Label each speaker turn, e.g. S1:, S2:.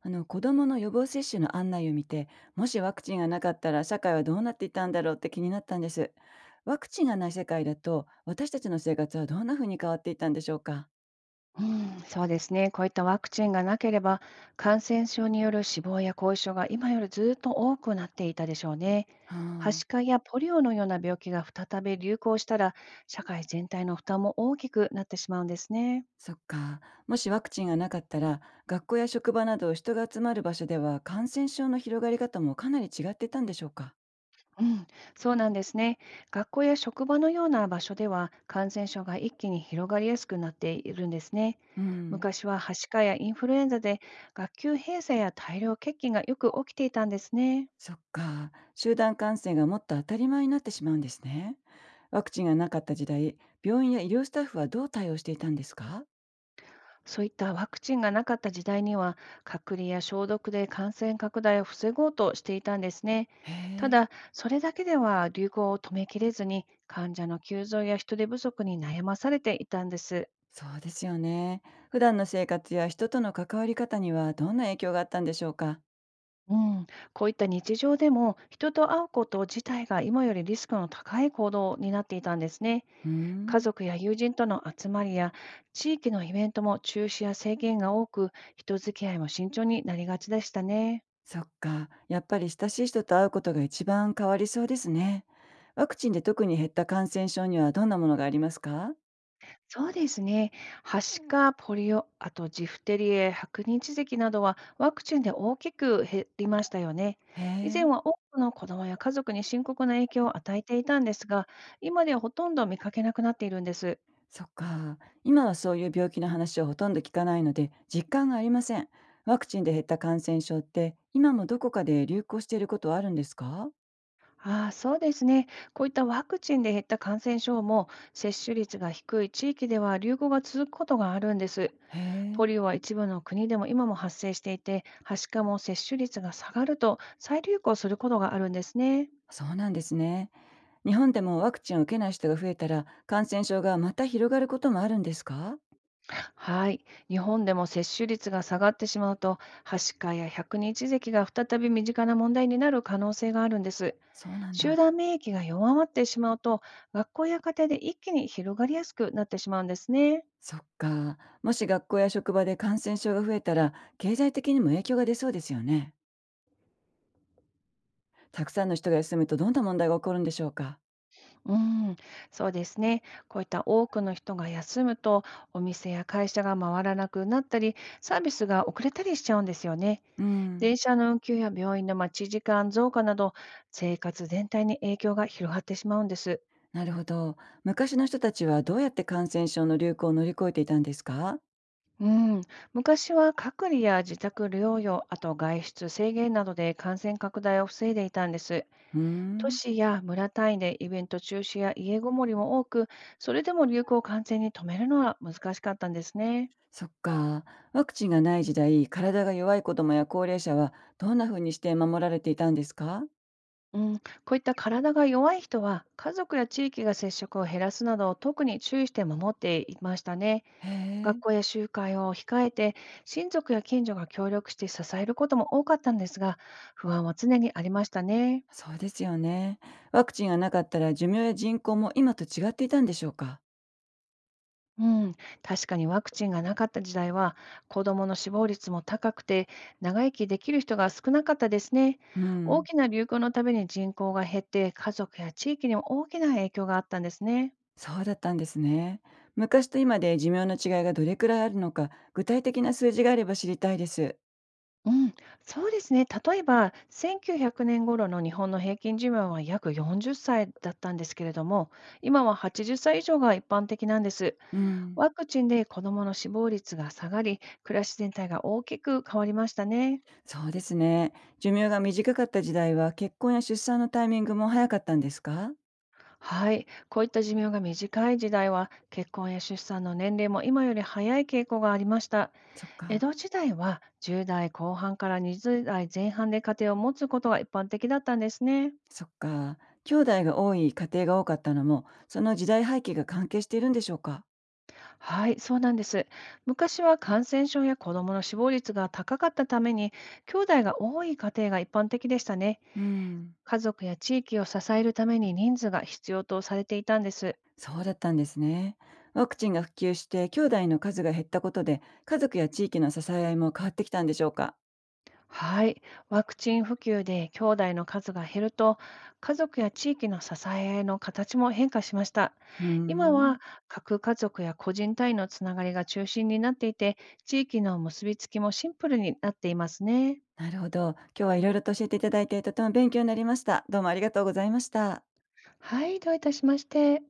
S1: 子どもの予防接種の案内を見て、もしワクチンがなかったら社会はどうなっていたんだろうって気になったんです。ワクチンがない世界だと、私たちの生活はどんな風に変わっていたんでしょうか？
S2: うん、そうですね。こういったワクチンがなければ、感染症による死亡や後遺症が今よりずっと多くなっていたでしょうね。
S1: は
S2: はし
S1: あ。
S2: かやポリオのような病気が再び流行したら、社会全体の負担も大きくなってしまうんですね。
S1: そっか。もしワクチンがなかったら、学校や職場など人が集まる場所では、感染症の広がり方もかなり違っていたんでしょうか？
S2: うん、そうなんですね。学校や職場のような場所では、感染症が一気に広がりやすくなっているんですね。
S1: うん。
S2: 昔ははしかやインフルエンザで学級閉鎖や大量欠勤がよく起きていたんですね。
S1: そっか、集団感染がもっと当たり前になってしまうんですね。ワクチンがなかった時代、病院や医療スタッフはどう対応していたんですか？
S2: そういったワクチンがなかった時代には、隔離や消毒で感染拡大を防ごうとしていたんですね。
S1: へ
S2: た
S1: え。
S2: だ、それだけでは流行を止めきれずに、患者の急増や人手不足に悩まされていたんです。
S1: そうですよね。普段の生活や人との関わり方にはどんな影響があったんでしょうか？
S2: うん、こういった日常でも人と会うこと自体が今よりリスクの高い行動になっていたんですね。
S1: うー
S2: 家
S1: ん、
S2: 族や友人との集まりや地域のイベントも中止や制限が多く、人付き合いも慎重になりがちでしたね。
S1: そっか。やっぱり親しい人と会うことが一番変わりそうですね。ワクチンで特に減った感染症にはどんなものがありますか？
S2: そうですね。はしか、ポリオ、あとジフテリエ、白日咳などはワクチンで大きく減りましたよね。
S1: へ
S2: 以前
S1: え、
S2: は多くの子どもや家族に深刻な影響を与えていたんですが、今ではほとんど見かけなくなっているんです。
S1: そっか。今はそういう病気の話をほとんど聞かないので、実感がありません。ワクチンで減った感染症って、今もどこかで流行していることはあるんですか？
S2: ああ、そうですね。こういったワクチンで減った感染症も、接種率が低い地域では流行が続くことがあるんです。
S1: へ
S2: ポ
S1: え、
S2: リオは一部の国でも今も発生していて、はしかも接種率が下がると再流行することがあるんですね。
S1: そうなんですね。日本でもワクチンを受けない人が増えたら、感染症がまた広がることもあるんですか？
S2: はい。日本でも接種率が下がってしまうと、はしかや百日咳が再び身近な問題になる可能性があるんです。
S1: そうなん
S2: 集
S1: だ。
S2: 団免疫が弱まってしまうと、学校や家庭で一気に広がりやすくなってしまうんですね。
S1: そっか。もし学校や職場で感染症が増えたら、経済的にも影響が出そうですよね。たくさんの人が休むと、どんな問題が起こるんでしょうか？
S2: うん、そうですね。こういった多くの人が休むと、お店や会社が回らなくなったり、サービスが遅れたりしちゃうんですよね。
S1: うん。
S2: 電車の運休や病院の待ち時間増加など、生活全体に影響が広がってしまうんです。
S1: なるほど。昔の人たちはどうやって感染症の流行を乗り越えていたんですか？
S2: うん、昔は隔離や自宅療養、あと外出制限などで感染拡大を防いでいたんです。
S1: うー
S2: 都
S1: ん。
S2: 市や村単位でイベント中止や家ごもりも多く、それでも流行を完全に止めるのは難しかったんですね。
S1: そっか。ワクチンがない時代、体が弱い子どもや高齢者はどんな風にして守られていたんですか？
S2: うん、こういった体が弱い人は、家族や地域が接触を減らすなど、特に注意して守っていましたね。
S1: へ
S2: 学
S1: え。
S2: 校や集会を控えて、親族や近所が協力して支えることも多かったんですが、不安は常にありましたね。
S1: そうですよね。ワクチンがなかったら、寿命や人口も今と違っていたんでしょうか？
S2: うん、確かにワクチンがなかった時代は子どもの死亡率も高くて長生きできる人が少なかったですね。
S1: う
S2: 大
S1: ん、
S2: きな流行のために人口が減って家族や地域にも大きな影響があったんですね。
S1: そうだったんですね。昔と今で寿命の違いがどれくらいあるのか、具体的な数字があれば知りたいです。
S2: うん、そうですね。例えば1900年頃の日本の平均寿命は約40歳だったんですけれども、今は80歳以上が一般的なんです。
S1: うん、
S2: ワクチンで子どもの死亡率が下がり、暮らし全体が大きく変わりましたね。
S1: そうですね。寿命が短かった時代は、結婚や出産のタイミングも早かったんですか？
S2: はい、こういった寿命が短い時代は結婚や出産の年齢も今より早い傾向がありました。
S1: そっ
S2: 江
S1: か、
S2: 戸時代は10代後半から20代前半で家庭を持つことが一般的だったんですね。
S1: そっか。兄弟が多い家庭が多かったのも、その時代背景が関係しているんでしょうか？
S2: はい、そうなんです。昔は感染症や子どもの死亡率が高かったために、兄弟が多い家庭が一般的でしたね。
S1: うん。
S2: 家族や地域を支えるために人数が必要とされていたんです。
S1: そうだったんですね。ワクチンが普及して兄弟の数が減ったことで、家族や地域の支え合いも変わってきたんでしょうか？
S2: はい。ワクチン普及で兄弟の数が減ると、家族や地域の支えの形も変化しました。
S1: うー
S2: 今
S1: ん、
S2: は、核家族や個人単位のつながりが中心になっていて、地域の結びつきもシンプルになっていますね。
S1: なるほど。今日はいろいろと教えていただいて、とても勉強になりました。どうもありがとうございました。
S2: はい、どういたしまして。